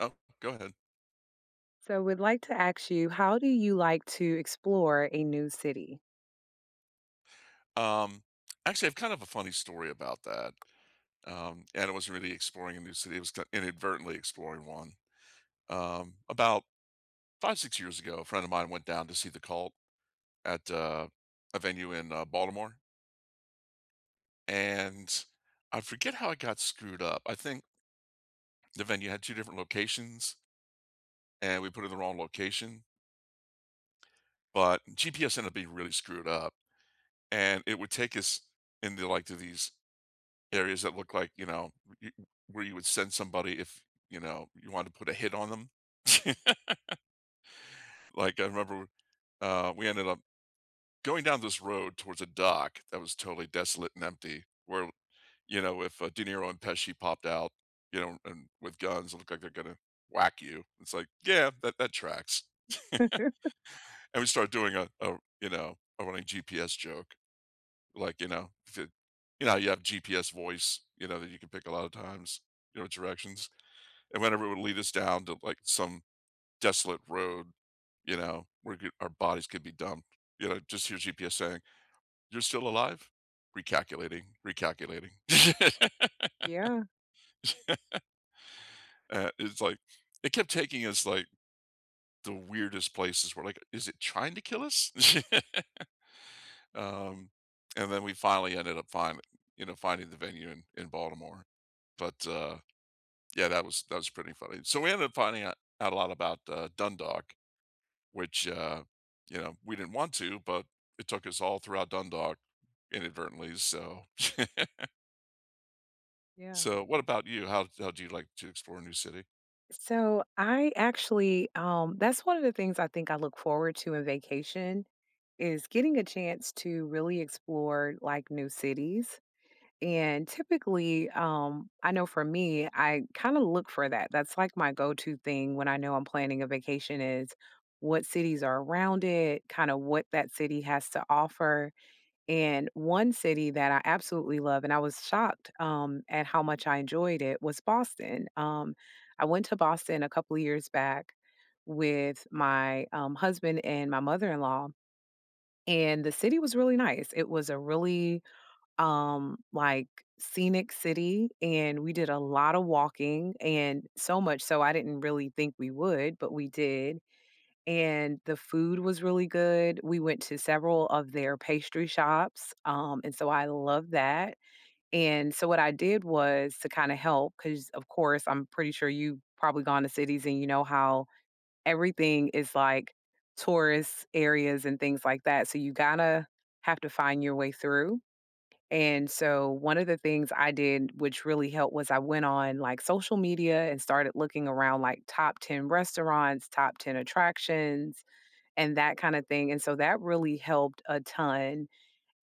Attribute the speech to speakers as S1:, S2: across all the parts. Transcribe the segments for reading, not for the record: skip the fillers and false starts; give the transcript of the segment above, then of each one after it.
S1: Oh, go ahead.
S2: So, would like to ask you, how do you like to explore a new city?
S1: Um, Actually, I have kind of a funny story about that. And it wasn't really exploring a new city. Inadvertently exploring one. About 5, 6 years ago, a friend of mine went down to see the cult at a venue in Baltimore. And I forget how I got screwed up. I think the venue had two different locations and we put it in the wrong location. But GPS ended up being really screwed up. And it would take us into like to these areas that look like, y where you would send somebody if, you know, you wanted to put a hit on them. Like, I remember, we ended up going down this road towards a dock that was totally desolate and empty where, you know, if, De Niro and Pesci popped out, you know, and with guns, it looked like they're gonna whack you. It's like, "Yeah, that tracks." And we started doing you know, a running GPS joke, like, you know, if it you know, you have GPS voice, you know, that you can pick a lot of times, you know, directions. And whenever it would lead us down to, like, some desolate road, you know, where g our bodies could be dumped, you know, just hear GPS saying, "You're still alive? Recalculating, recalculating."
S2: Yeah,
S1: It's like it kept taking us, like, the weirdest places. We're like, "Is it trying to kill us?" Um, and then we finally ended up find you know, finding the venue in Baltimore. But, yeah, that was pretty funny. So we ended up finding out a lot about, Dundalk. Which, you know, we didn't want to, but it took us all throughout Dundalk inadvertently. So,
S2: yeah.
S1: so what about you? How do you like to explore a new city?
S2: So, I actually, that's one of the things I think I look forward to in vacation is getting a chance to really explore like new cities. And typically, I know for me, I kind of look for that. That's like my go-to thing when I know I'm planning a vacation is what cities are around it, kind of what that city has to offer. And one city that I absolutely love, and I was shocked at how much I enjoyed it, was Boston. I went to Boston a couple of years back with my husband and my mother in law, and the city was really nice. It was a really um, like scenic city, and we did a lot of walking, and so much so I didn't really think we would, but we did and the food was really good. We went to several of their pastry shops, and so I love that. And so what I did was to kind of help because, of course, I'm pretty sure you've probably gone to cities and you know how everything is like tourist areas and things like that. So you gotta have to find your way through. And so one of the things I did, which really helped, was I went on like social media and started looking around like top 10 restaurants, top 10 attractions, and that kind of thing, and so that really helped a ton,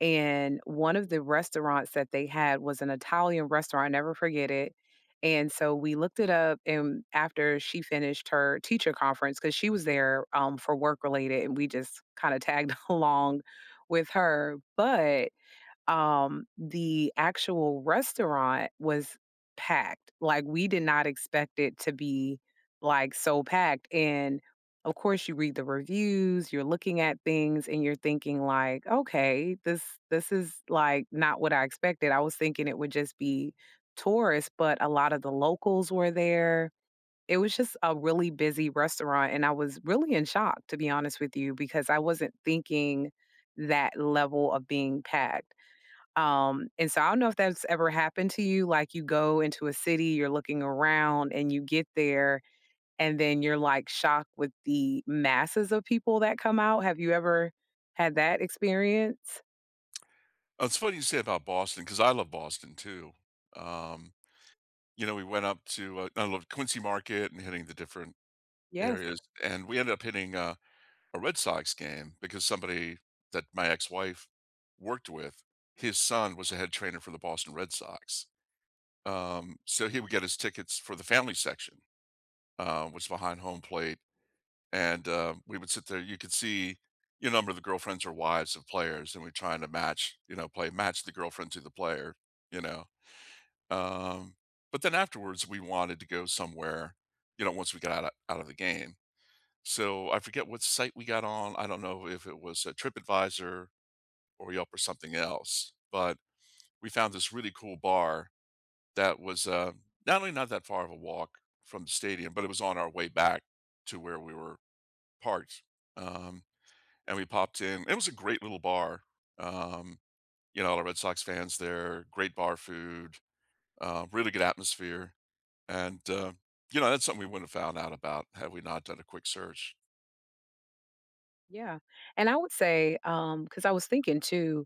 S2: and one of the restaurants that they had was an Italian restaurant, I'll never forget it, and so we looked it up, and after she finished her teacher conference, because she was there, for work related, and we just kinda tagged along with her, but the actual restaurant was packed. Like, we did not expect it to be, like, so packed, and, of course, you read the reviews, you're looking at things, and you're thinking like, "Okay, this is, like, not what I expected." I was thinking it would just be tourists, but a lot of the locals were there. It was just a really busy restaurant, and I was really in shock, to be honest with you, because I wasn't thinking that level of being packed. And so I don't know if that's ever happened to you, like, you go into a city, you're looking around, and you get there, and then you're, like, shocked with the masses of people that come out. Have you ever had that experience?
S1: Oh, it's funny you say about Boston because I love Boston too. Um, you know, we went up to I love Quincy Market and hitting the different
S2: Yes.
S1: areas, and we ended up hitting a Red Sox game because somebody that my ex-wife worked with, his son was a head trainer for the Boston Red Sox. So he would get his tickets for the family section, was behind home plate, and we would sit there. You could see, you know, a number of the girlfriends or wives of players, and we're trying to match, you know, play match the girlfriend to the player, you know. Um, but then afterwards, we wanted to go somewhere, you know, once we got out of the game. So I forget what site we got on. I don't know if it was a TripAdvisor or Yelp or something else, but we found this really cool bar that was not only not that far of a walk from the stadium, but it was on our way back to where we were parked, um, and we popped in. It was a great little bar. Um, you know, all the Red Sox fans there, great bar food, really good atmosphere. And, you know, that's something we wouldn't have found out about had we not done a quick search.
S2: Yeah. And I would say, because I was thinking too,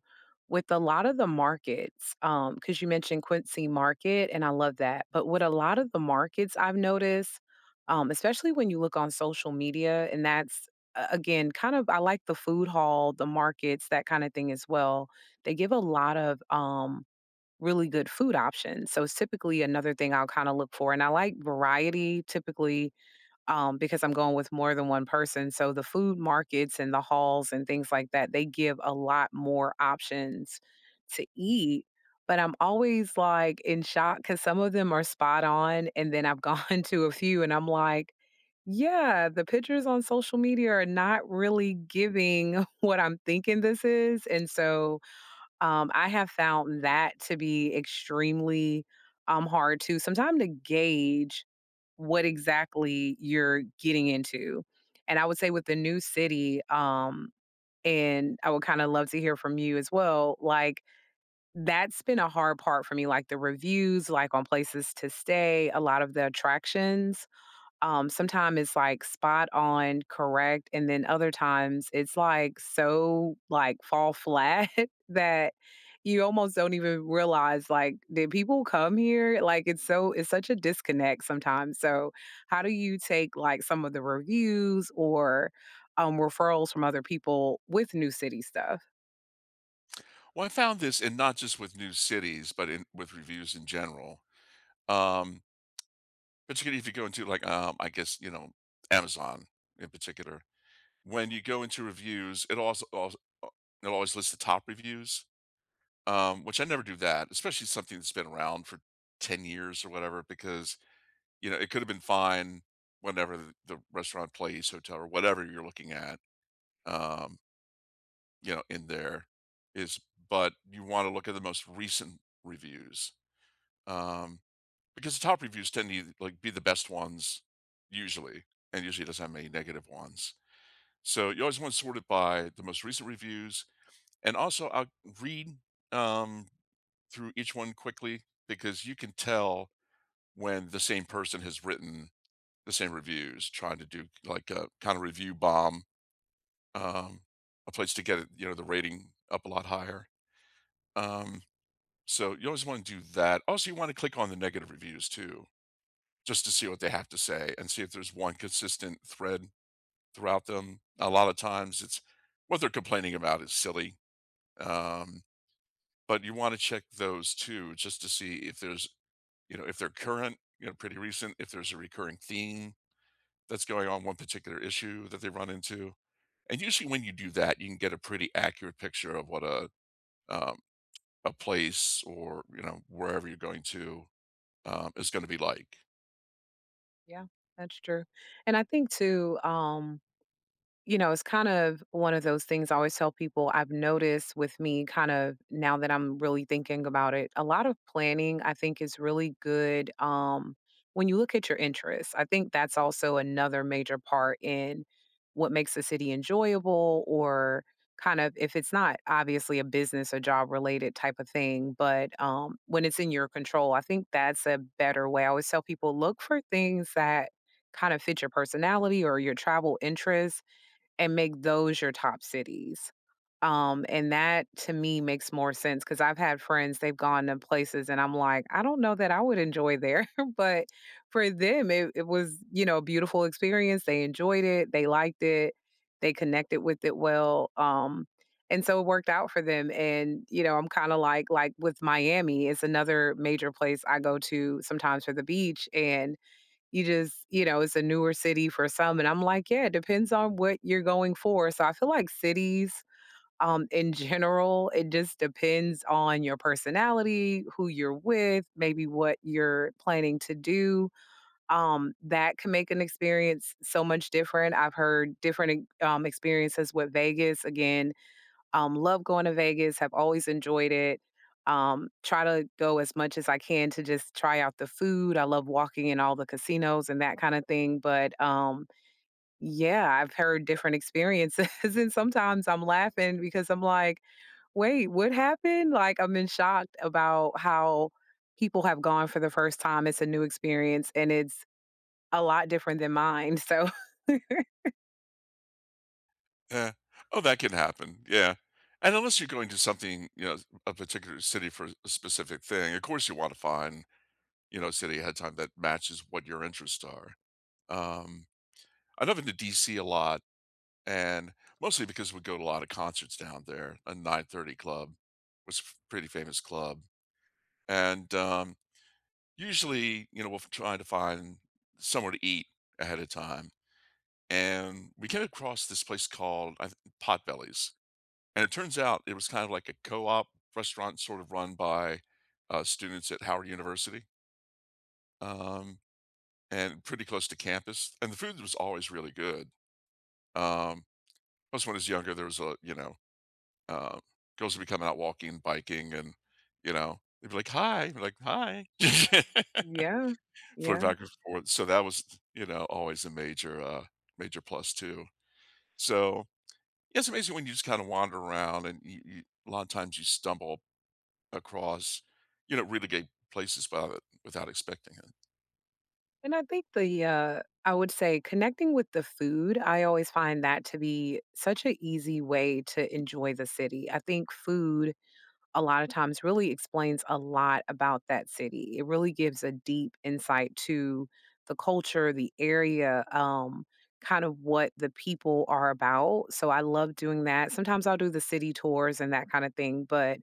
S2: with a lot of the markets, because you mentioned Quincy Market, and I love that. But with a lot of the markets I've noticed, especially when you look on social media, and that's kind of I like the food hall, the markets, that kinda thing as well. They give a lot of, really good food options. So it's typically another thing I'll kinda look for, and I like variety typically because I'm going with more than one person. So the food markets and the halls and things like that, they give a lot more options to eat. But I'm always like in shock because some of them are spot on. And then I've gone to a few and I'm like, yeah, the pictures on social media are not really giving what I'm thinking this is. And so I have found that to be extremely, hard to sometime to gauge what exactly you're getting into. And I would say with the new city, and I would kind of love to hear from you as well. Like, that's been a hard part for me, like the reviews, like on places to stay, a lot of the attractions. Sometimes it's like spot on, correct, and then other times it's like so like fall flat that you almost don't even realize like did people come here? Like it's so it's such a disconnect sometimes. So how do you take like some of the reviews or referrals from other people with new city stuff?
S1: Well, I found this, and not just with new cities, but with reviews in general. Um, particularly if you go into, like, I guess, you know, Amazon in particular. When you go into reviews, it also, also it always lists the top reviews. Which I never do that, especially something that's been around for 10 years or whatever, because, you know, it could have been fine whenever the restaurant place, hotel, or whatever you're looking at, um, you know, in there is, but you want to look at the most recent reviews, um, because the top reviews tend to like be the best ones usually, and usually it doesn't have many negative ones. So you always want to sort it by the most recent reviews, and also I'll read. Um, through each one quickly because you can tell when the same person has written the same reviews, trying to do like a kind of review bomb, um, a place to get it, you know, the rating up a lot higher. Um, so you always want to do that. Also, you want to click on the negative reviews too, just to see what they have to say and see if there's one consistent thread throughout them. A lot of times, it's what they're complaining about is silly, um, but you want to check those too, just to see if there's you know, if they're current, you know, pretty recent, if there's a recurring theme that's going on, one particular issue that they run into. And usually when you do that, you can get a pretty accurate picture of what um, a place or, you know, wherever you're going to is going to be like.
S2: Yeah, that's true. And I think too, you know, it's kind of one of those things I always tell people I've noticed with me kind of now that I'm really thinking about it, a lot of planning I think is really good when you look at your interests. I think that's also another major part in what makes a city enjoyable or kind of if it's not obviously a business or job related type of thing, but when it's in your control, I think that's a better way. I always tell people look for things that kind of fit your personality or your travel interests and make those your top cities. And that to me makes more sense because I've had friends, they've gone to places and I'm like, I don't know that I would enjoy there. But for them, it was, you know, a beautiful experience. They enjoyed it, they liked it, they connected with it well. And so it worked out for them. And, you know, I'm kind of like with Miami, it's another major place I go to sometimes for the beach. And you just you know, it's a newer city for some, and I'm like, "Yeah, it depends on what you're going for." So I feel like cities, in general, it just depends on your personality, who you're with, maybe what you're planning to do. That can make an experience so much different. I've heard different, e experiences with Vegas, again, love going to Vegas, have always enjoyed it. Try to go as much as I can to just try out the food. I love walking in all the casinos and that kind of thing. But yeah, I've heard different experiences, and sometimes I'm laughing because I'm like, wait, what happened? Like, I'm been shocked about how people have gone for the first time. It's a new experience and it's a lot different than mine. So,
S1: Yeah. Oh, that can happen. Yeah. And unless you're going to something, you know, a particular city for a specific thing, of course you want to find, you know, a city ahead of time that matches what your interests are. Um, I know I've been to DC a lot and mostly because we go to a lot of concerts down there. A 9:30 club was a pretty famous club, and usually, you know, we're trying to find somewhere to eat ahead of time, and we came across this place called Potbellies, and it turns out it was kind of like a co-op restaurant, sort of run by students at Howard University, um, and pretty close to campus, and the food was always really good. Um, Plus, when I was younger, there was a you know, Um, girls would be coming out walking, biking, and, you know, they'd be like, "Hi," be like, "Hi."
S2: yeah,
S1: Flirt
S2: yeah.
S1: back and forth. So that was, you know, always a major, major plus too. So, yeah, it's amazing when you just kinda wander around and you a lot of times you stumble across, you know, really gay places without expecting it.
S2: And I think the, I would say connecting with the food, I always find that to be such an easy way to enjoy the city. I think food a lot of times really explains a lot about that city. It really gives a deep insight to the culture, the area, kind of what the people are about. So I love doing that. Sometimes I'll do the city tours and that kind of thing. But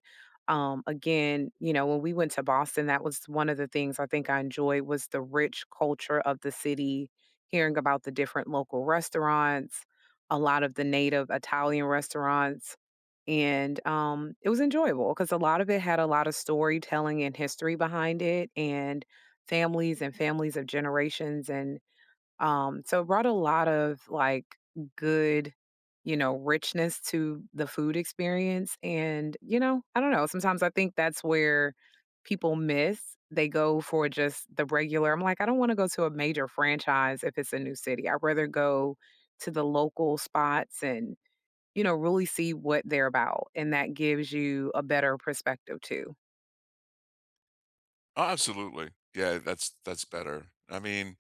S2: again, you know, when we went to Boston, that was one of the things I think I enjoyed was the rich culture of the city, hearing about the different local restaurants, a lot of the native Italian restaurants and, it was enjoyable because a lot of it had a lot of storytelling and history behind it and families of generations, and, so it brought a lot of, like, good, you know, richness to the food experience, and, you know, I don't know, sometimes I think that's where people miss. They go for just the regular I'm like, "I don't wanna go to a major franchise if it's a new city. I'd rather go to the local spots and you know, really see what they're about, and that gives you a better perspective too.
S1: Oh, absolutely. Yeah, that's better. I mean,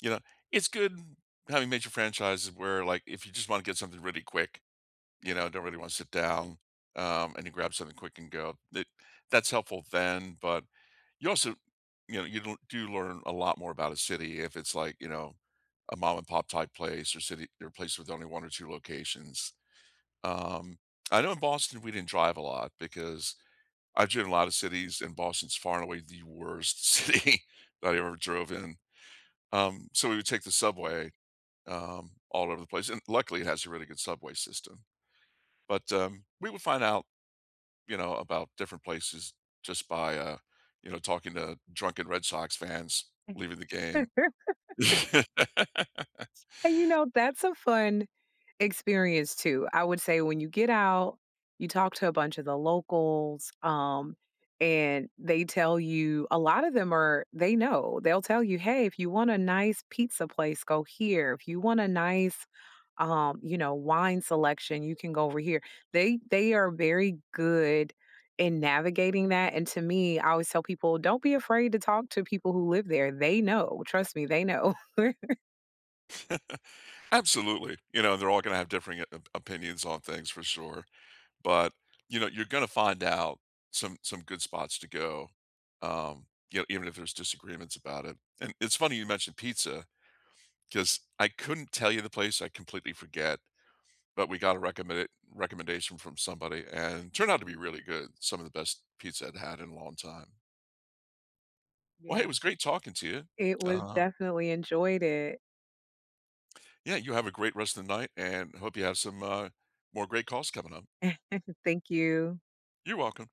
S1: you know, it's good having major franchises where, like, if you just wanna get something really quick, you know, don't really want to sit down, and you grab something quick and go. That's helpful then, but you also, you know, you do learn a lot more about a city if it's like, you know, a mom and pop type place or city or place with only one or two locations. Um, I know in Boston we didn't drive a lot because I've driven a lot of cities, and Boston's far and away the worst city that I ever drove in. So we would take the subway all over the place, and luckily it has a really good subway system. But we would find out, you know, about different places just by, you know, talking to drunken Red Sox fans leaving the game.
S2: And you know, that's a fun experience too. I would say when you get out, you talk to a bunch of the locals, and they tell you a lot of them are they know. They'll tell you, "Hey, if you want a nice pizza place, go here. If you want a nice, you know, wine selection, you can go over here." They are very good in navigating that, and to me, I always tell people, "Don't be afraid to talk to people who live there. They know. Trust me, they know."
S1: Absolutely. You know, they're all gonna have differing o opinions on things for sure, but, you know, you're gonna find out some good spots to go, you know, even if there's disagreements about it, and it's funny you mentioned pizza because I couldn't tell you the place, I completely forget, but we got a recommendation from somebody and it turned out to be really good, some of the best pizza I'd had in a long time. Well, hey, it
S2: Yeah.
S1: was great talking to you.
S2: It was
S1: Uh,
S2: definitely enjoyed it.
S1: yeah, you have a great rest of the night and hope you have some more great calls coming up.
S2: Thank you.
S1: You're welcome.